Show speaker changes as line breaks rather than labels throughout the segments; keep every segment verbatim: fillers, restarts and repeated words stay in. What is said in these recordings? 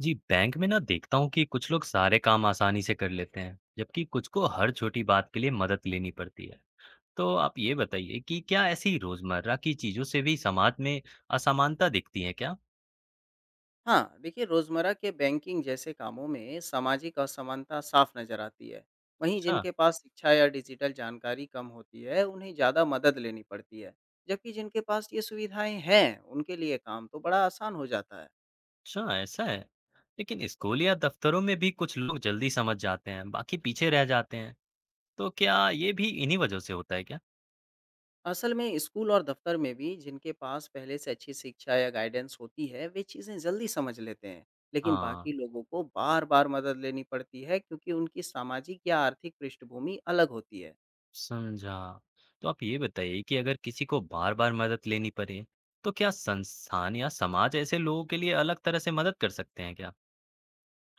जी, bank में ना देखता हूँ कि कुछ लोग सारे काम आसानी से कर लेते हैं, जबकि कुछ को हर छोटी बात के लिए मदद लेनी पड़ती है। तो आप ये बताइए कि क्या ऐसी रोजमर्रा की चीजों से भी समाज में असमानता दिखती है क्या?
हाँ, देखिए रोज़मर्रा के बैंकिंग जैसे कामों में सामाजिक असमानता साफ नज़र आती है। वहीं
अच्छा।
जिनके पास शिक्षा या डिजिटल जानकारी कम होती है, उन्हें ज़्यादा मदद लेनी पड़ती है। जबकि जिनके पास ये सुविधाएं हैं, उनके लिए काम तो बड़ा आसान हो जाता है।
अच्छा ऐसा है। लेकिन स्कूल या दफ्तरों में भी कुछ लोग जल्दी समझ जाते हैं, बाकी पीछे रह जाते हैं। तो क्या ये भी इन्हीं वजह से होता है क्या?
असल में स्कूल और दफ्तर में भी जिनके पास पहले से अच्छी शिक्षा या गाइडेंस होती है, वे चीज़ें जल्दी समझ लेते हैं। लेकिन
हाँ,
बाकी लोगों को बार-बार मदद लेनी पड़ती है क्योंकि उनकी सामाजिक या आर्थिक पृष्ठभूमि अलग होती है।
समझा। तो आप ये बताइए कि अगर किसी को बार-बार मदद लेनी पड़े, तो क्या संस्थान या समाज ऐसे लोगों के लिए अलग तरह से मदद कर सकते हैं क्या?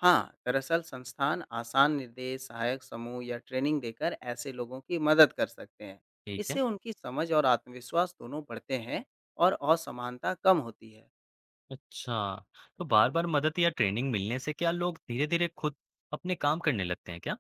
हाँ, दरअसल संस्थान आसान निर्देश, सहायक समूह या ट्रेनिंग देकर ऐसे लोगों की मदद कर सकते हैं।
ठीक
इससे
है।
उनकी समझ और आत्मविश्वास दोनों बढ़ते हैं और असमानता कम होती है।
अच्छा, तो बार-बार मदद या ट्रेनिंग मिलने से क्या लोग धीरे-धीरे खुद अपने काम करने लगते हैं क्या?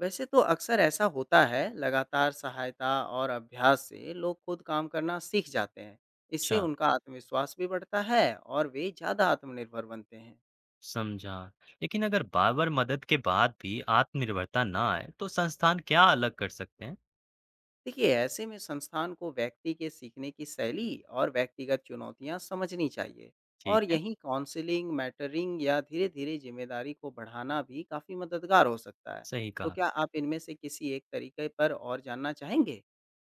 वैसे तो अक्सर ऐसा होता है, लगातार सहायता और अभ्यास से लोग खुद काम करना सीख जाते हैं। इससे
अच्छा,
उनका आत्मविश्वास भी बढ़ता है और वे ज़्यादा आत्मनिर्भर बनते हैं।
समझा। लेकिन अगर बार-बार मदद के बाद भी आत्मनिर्भरता ना आए, तो संस्थान क्या अलग कर सकते हैं?
देखिए ऐसे में संस्थान को व्यक्ति के सीखने की शैली और व्यक्तिगत चुनौतियां समझनी चाहिए।
ठीक
और
है,
यहीं काउंसलिंग मैटरिंग या धीरे धीरे जिम्मेदारी को बढ़ाना भी काफ़ी मददगार हो सकता है।
सही
तो
कहा।
क्या आप इनमें से किसी एक तरीके पर और जानना चाहेंगे?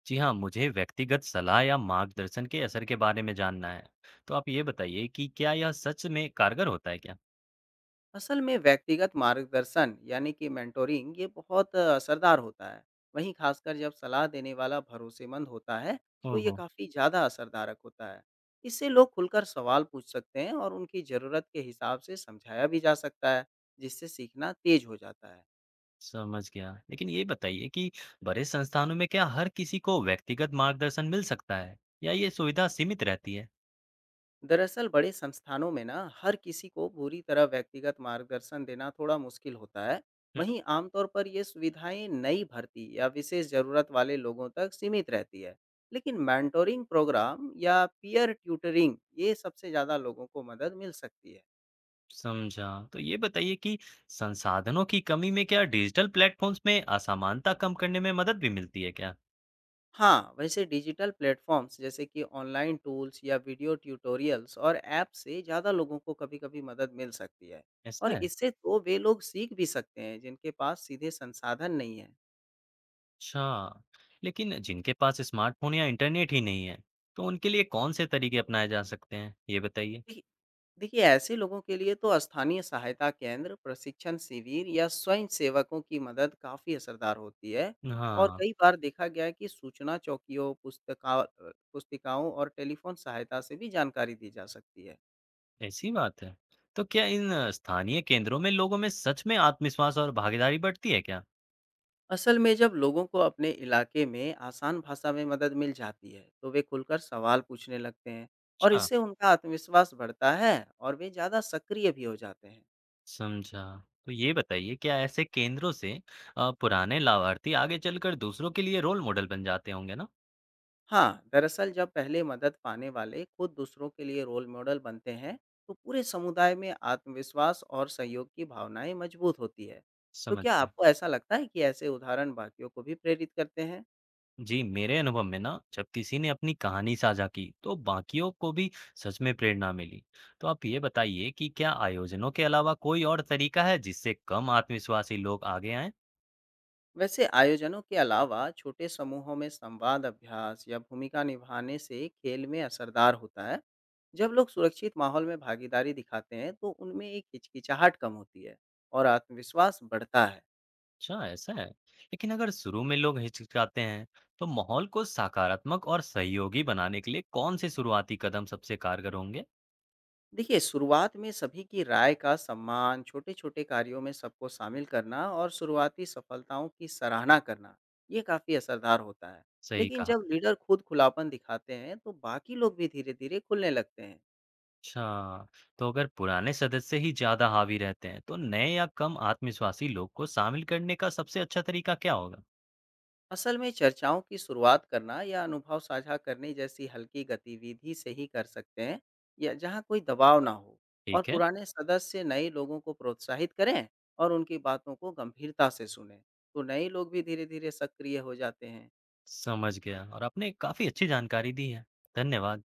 जी हाँ, मुझे व्यक्तिगत सलाह या मार्गदर्शन के असर के बारे में जानना है। तो आप ये बताइए कि क्या यह सच में कारगर होता है क्या?
असल में व्यक्तिगत मार्गदर्शन यानी कि मेंटोरिंग ये बहुत अ, असरदार होता है। वहीं खासकर जब सलाह देने वाला भरोसेमंद होता है, तो ये
ओहो!
काफ़ी ज़्यादा असरदारक होता है। इससे लोग खुलकर सवाल पूछ सकते हैं और उनकी ज़रूरत के हिसाब से समझाया भी जा सकता है, जिससे सीखना तेज हो जाता है।
समझ गया। लेकिन ये बताइए कि बड़े संस्थानों में क्या हर किसी को व्यक्तिगत मार्गदर्शन मिल सकता है या ये सुविधा सीमित रहती है?
दरअसल बड़े संस्थानों में ना हर किसी को पूरी तरह व्यक्तिगत मार्गदर्शन देना थोड़ा मुश्किल होता है।
हम्म,
वहीं आमतौर पर ये सुविधाएं नई भर्ती या विशेष जरूरत वाले लोगों तक सीमित रहती है। लेकिन मेंटोरिंग प्रोग्राम या पीयर ट्यूटरिंग ये सबसे ज़्यादा लोगों को मदद मिल सकती है।
समझा। तो ये बताइए कि संसाधनों की कमी में क्या डिजिटल प्लेटफॉर्म्स में असमानता कम करने में मदद भी मिलती है क्या?
हाँ, वैसे डिजिटल प्लेटफॉर्म्स जैसे कि ऑनलाइन टूल्स या वीडियो ट्यूटोरियल्स और ऐप से ज़्यादा लोगों को कभी कभी मदद मिल सकती है।
ऐसा
और
है?
इससे तो वे लोग सीख भी सकते हैं जिनके पास सीधे संसाधन नहीं है।
अच्छा, लेकिन जिनके पास स्मार्टफ़ोन या इंटरनेट ही नहीं है, तो उनके लिए कौन-से तरीके अपनाए जा सकते हैं? ये बताइए।
देखिए देखिए, ऐसे लोगों के लिए तो स्थानीय सहायता केंद्र, प्रशिक्षण शिविर या स्वयं सेवकों की मदद काफ़ी असरदार होती है। और
हाँ,
कई बार देखा गया है कि सूचना चौकियों, पुस्तका अ, पुस्तिकाओं और टेलीफ़ोन सहायता से भी जानकारी दी जा सकती है।
ऐसी बात है। तो क्या इन अ, स्थानीय केंद्रों में लोगों में सच में आत्मविश्वास और भागीदारी बढ़ती है क्या?
असल में जब लोगों को अपने इलाके में आसान भाषा में मदद मिल जाती है, तो वे खुलकर सवाल पूछने लगते हैं। और
अच्छा,
इससे उनका आत्मविश्वास बढ़ता है और वे ज़्यादा सक्रिय भी हो जाते हैं।
समझा। तो ये बताइए क्या ऐसे केंद्रों से अ, पुराने लाभार्थी आगे चलकर दूसरों के लिए रोल मॉडल बन जाते होंगे ना?
हाँ, दरअसल जब पहले मदद पाने वाले खुद दूसरों के लिए रोल मॉडल बनते हैं, तो पूरे समुदाय में आत्मविश्वास और सहयोग की भावनाएं मजबूत होती है। तो
समझ
क्या
गया।
आपको ऐसा लगता है कि ऐसे उदाहरण बाकियों को भी प्रेरित करते हैं?
जी मेरे अनुभव में ना जब किसी ने अपनी कहानी साझा की तो बाकियों को भी सच में प्रेरणा मिली। तो आप ये बताइए कि क्या आयोजनों के अलावा कोई और तरीका है जिससे कम आत्मविश्वासी लोग आगे आएं।
वैसे आयोजनों के अलावा छोटे समूहों में संवाद अभ्यास या भूमिका निभाने से खेल में असरदार होता है। जब लोग सुरक्षित माहौल में भागीदारी दिखाते हैं, तो उनमें एक हिचकिचाहट कम होती है और आत्मविश्वास बढ़ता है।
अच्छा ऐसा है। लेकिन अगर शुरू में लोग हिचकिचाते हैं तो माहौल को सकारात्मक और सहयोगी बनाने के लिए कौन से शुरुआती कदम सबसे कारगर होंगे?
देखिए, शुरुआत में सभी की राय का सम्मान, छोटे-छोटे कार्यों में सबको शामिल करना और शुरुआती सफलताओं की सराहना करना, ये काफ़ी असरदार होता है।
सही
लेकिन
कहा।
जब लीडर खुद खुलापन दिखाते हैं, तो बाकी लोग भी धीरे-धीरे खुलने लगते हैं।
अच्छा, तो अगर पुराने सदस्य ही ज्यादा हावी रहते हैं तो नए या कम आत्मविश्वासी लोग को शामिल करने का सबसे अच्छा तरीका क्या होगा?
असल में चर्चाओं की शुरुआत करना या अनुभव साझा करने जैसी हल्की गतिविधि से ही कर सकते हैं, या जहाँ कोई दबाव ना हो। और
ठीक है।
पुराने सदस्य नए लोगों को प्रोत्साहित करें और उनकी बातों को गंभीरता से सुनें, तो नए लोग भी धीरे-धीरे सक्रिय हो जाते हैं।
समझ गया, और आपने काफ़ी अच्छी जानकारी दी है। धन्यवाद।